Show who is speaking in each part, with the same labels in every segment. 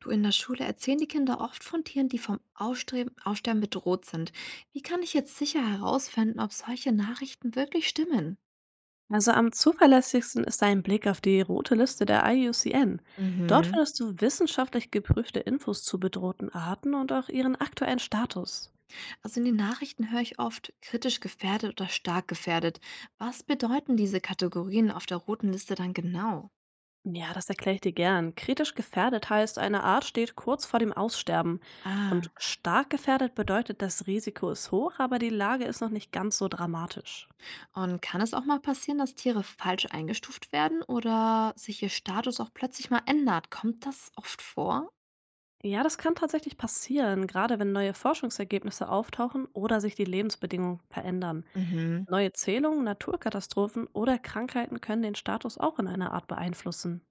Speaker 1: Du, in der Schule erzählen die Kinder oft von Tieren, die vom Aussterben bedroht sind. Wie kann ich jetzt sicher herausfinden, ob solche Nachrichten wirklich stimmen?
Speaker 2: Also am zuverlässigsten ist ein Blick auf die rote Liste der IUCN. Dort
Speaker 1: Mhm.
Speaker 2: findest du wissenschaftlich geprüfte Infos zu bedrohten Arten und auch ihren aktuellen Status.
Speaker 1: Also in den Nachrichten höre ich oft kritisch gefährdet oder stark gefährdet. Was bedeuten diese Kategorien auf der roten Liste dann genau?
Speaker 2: Ja, das erkläre ich dir gern. Kritisch gefährdet heißt, eine Art steht kurz vor dem Aussterben. Und
Speaker 1: Ah.
Speaker 2: stark gefährdet bedeutet, das Risiko ist hoch, aber die Lage ist noch nicht ganz so dramatisch.
Speaker 1: Und kann es auch mal passieren, dass Tiere falsch eingestuft werden oder sich ihr Status auch plötzlich mal ändert? Kommt das oft vor?
Speaker 2: Ja, das kann tatsächlich passieren, gerade wenn neue Forschungsergebnisse auftauchen oder sich die Lebensbedingungen verändern.
Speaker 1: Mhm.
Speaker 2: Neue Zählungen, Naturkatastrophen oder Krankheiten können den Status auch in einer Art beeinflussen.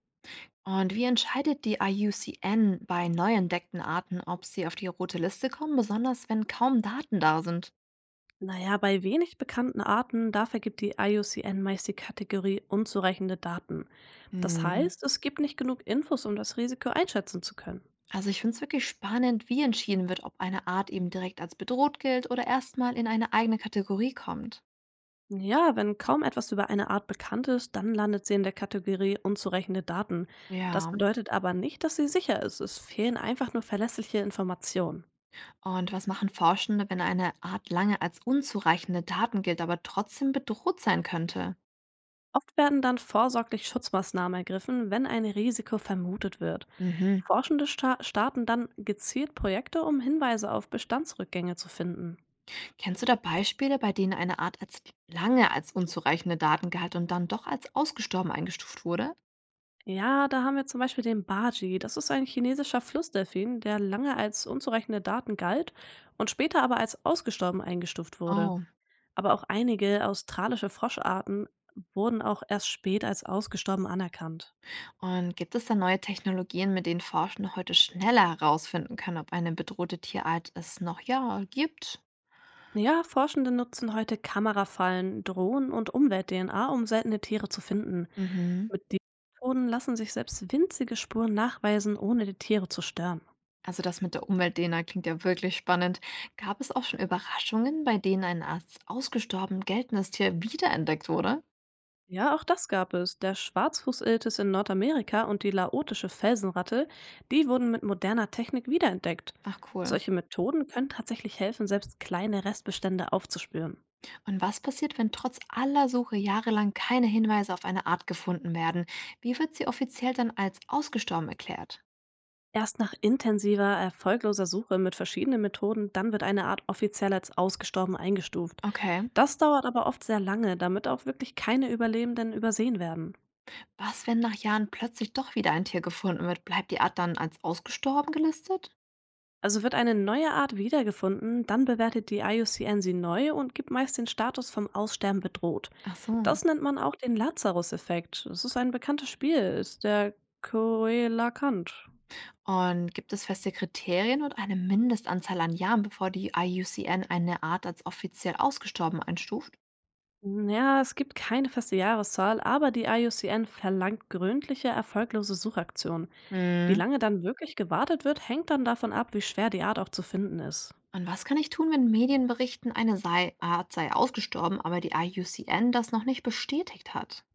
Speaker 1: Und wie entscheidet die IUCN bei neu entdeckten Arten, ob sie auf die rote Liste kommen, besonders wenn kaum Daten da sind?
Speaker 2: Naja, bei wenig bekannten Arten, da vergibt die IUCN meist die Kategorie unzureichende Daten. Das
Speaker 1: Hm.
Speaker 2: heißt, es gibt nicht genug Infos, um das Risiko einschätzen zu können.
Speaker 1: Also ich finde es wirklich spannend, wie entschieden wird, ob eine Art eben direkt als bedroht gilt oder erstmal in eine eigene Kategorie kommt.
Speaker 2: Ja, wenn kaum etwas über eine Art bekannt ist, dann landet sie in der Kategorie unzureichende Daten. Das
Speaker 1: Ja.
Speaker 2: bedeutet aber nicht, dass sie sicher ist. Es fehlen einfach nur verlässliche Informationen.
Speaker 1: Und was machen Forschende, wenn eine Art lange als unzureichende Daten gilt, aber trotzdem bedroht sein könnte?
Speaker 2: Oft werden dann vorsorglich Schutzmaßnahmen ergriffen, wenn ein Risiko vermutet wird.
Speaker 1: Mhm.
Speaker 2: Forschende starten dann gezielt Projekte, um Hinweise auf Bestandsrückgänge zu finden.
Speaker 1: Kennst du da Beispiele, bei denen eine Art als lange als unzureichende Daten galt und dann doch als ausgestorben eingestuft wurde?
Speaker 2: Ja, da haben wir zum Beispiel den Baji. Das ist ein chinesischer Flussdelfin, der lange als unzureichende Daten galt und später aber als ausgestorben eingestuft wurde.
Speaker 1: Oh.
Speaker 2: Aber auch einige australische Froscharten wurden auch erst spät als ausgestorben anerkannt.
Speaker 1: Und gibt es da neue Technologien, mit denen Forschende heute schneller herausfinden können, ob eine bedrohte Tierart es noch ja gibt?
Speaker 2: Ja, Forschende nutzen heute Kamerafallen, Drohnen und Umwelt-DNA, um seltene Tiere zu finden.
Speaker 1: Mhm.
Speaker 2: Mit diesen Methoden lassen sich selbst winzige Spuren nachweisen, ohne die Tiere zu stören.
Speaker 1: Also das mit der Umwelt-DNA klingt ja wirklich spannend. Gab es auch schon Überraschungen, bei denen ein als ausgestorben geltendes Tier wiederentdeckt wurde?
Speaker 2: Ja, auch das gab es. Der Schwarzfußiltis in Nordamerika und die laotische Felsenratte, die wurden mit moderner Technik wiederentdeckt.
Speaker 1: Ach, cool.
Speaker 2: Solche Methoden können tatsächlich helfen, selbst kleine Restbestände aufzuspüren.
Speaker 1: Und was passiert, wenn trotz aller Suche jahrelang keine Hinweise auf eine Art gefunden werden? Wie wird sie offiziell dann als ausgestorben erklärt?
Speaker 2: Erst nach intensiver, erfolgloser Suche mit verschiedenen Methoden, dann wird eine Art offiziell als ausgestorben eingestuft.
Speaker 1: Okay.
Speaker 2: Das dauert aber oft sehr lange, damit auch wirklich keine Überlebenden übersehen werden.
Speaker 1: Was, wenn nach Jahren plötzlich doch wieder ein Tier gefunden wird? Bleibt die Art dann als ausgestorben gelistet?
Speaker 2: Also wird eine neue Art wiedergefunden, dann bewertet die IUCN sie neu und gibt meist den Status vom Aussterben bedroht.
Speaker 1: Ach so.
Speaker 2: Das nennt man auch den Lazarus-Effekt. Es ist ein bekanntes Spiel, ist der Coelacanth.
Speaker 1: Und gibt es feste Kriterien und eine Mindestanzahl an Jahren, bevor die IUCN eine Art als offiziell ausgestorben einstuft?
Speaker 2: Ja, es gibt keine feste Jahreszahl, aber die IUCN verlangt gründliche, erfolglose Suchaktionen. Wie
Speaker 1: Hm.
Speaker 2: lange dann wirklich gewartet wird, hängt dann davon ab, wie schwer die Art auch zu finden ist.
Speaker 1: Und was kann ich tun, wenn Medien berichten, eine sei Art sei ausgestorben, aber die IUCN das noch nicht bestätigt hat?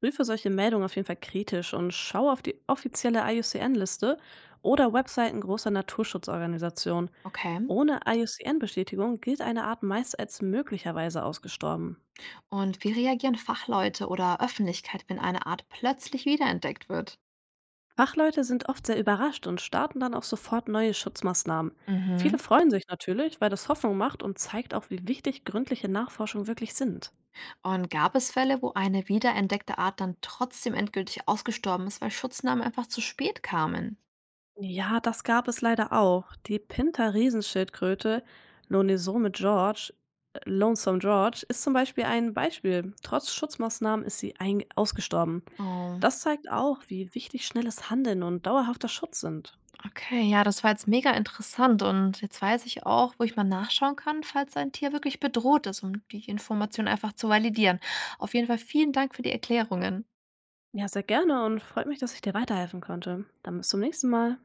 Speaker 2: Prüfe solche Meldungen auf jeden Fall kritisch und schaue auf die offizielle IUCN-Liste oder Webseiten großer Naturschutzorganisationen.
Speaker 1: Okay.
Speaker 2: Ohne IUCN-Bestätigung gilt eine Art meist als möglicherweise ausgestorben.
Speaker 1: Und wie reagieren Fachleute oder Öffentlichkeit, wenn eine Art plötzlich wiederentdeckt wird?
Speaker 2: Fachleute sind oft sehr überrascht und starten dann auch sofort neue Schutzmaßnahmen.
Speaker 1: Mhm.
Speaker 2: Viele freuen sich natürlich, weil das Hoffnung macht und zeigt auch, wie wichtig gründliche Nachforschung wirklich sind.
Speaker 1: Und gab es Fälle, wo eine wiederentdeckte Art dann trotzdem endgültig ausgestorben ist, weil Schutznamen einfach zu spät kamen?
Speaker 2: Ja, das gab es leider auch. Die Pinter-Riesenschildkröte Lonesome George, Lonesome George ist zum Beispiel ein Beispiel. Trotz Schutzmaßnahmen ist sie ein ausgestorben.
Speaker 1: Oh,
Speaker 2: Das zeigt auch, wie wichtig schnelles Handeln und dauerhafter Schutz sind.
Speaker 1: okay, ja, das war jetzt mega interessant und jetzt weiß ich auch, wo ich mal nachschauen kann, falls ein Tier wirklich bedroht ist, um die Information einfach zu validieren. Auf jeden Fall vielen Dank für die Erklärungen.
Speaker 2: Ja, sehr gerne und freut mich, dass ich dir weiterhelfen konnte. Dann bis zum nächsten Mal.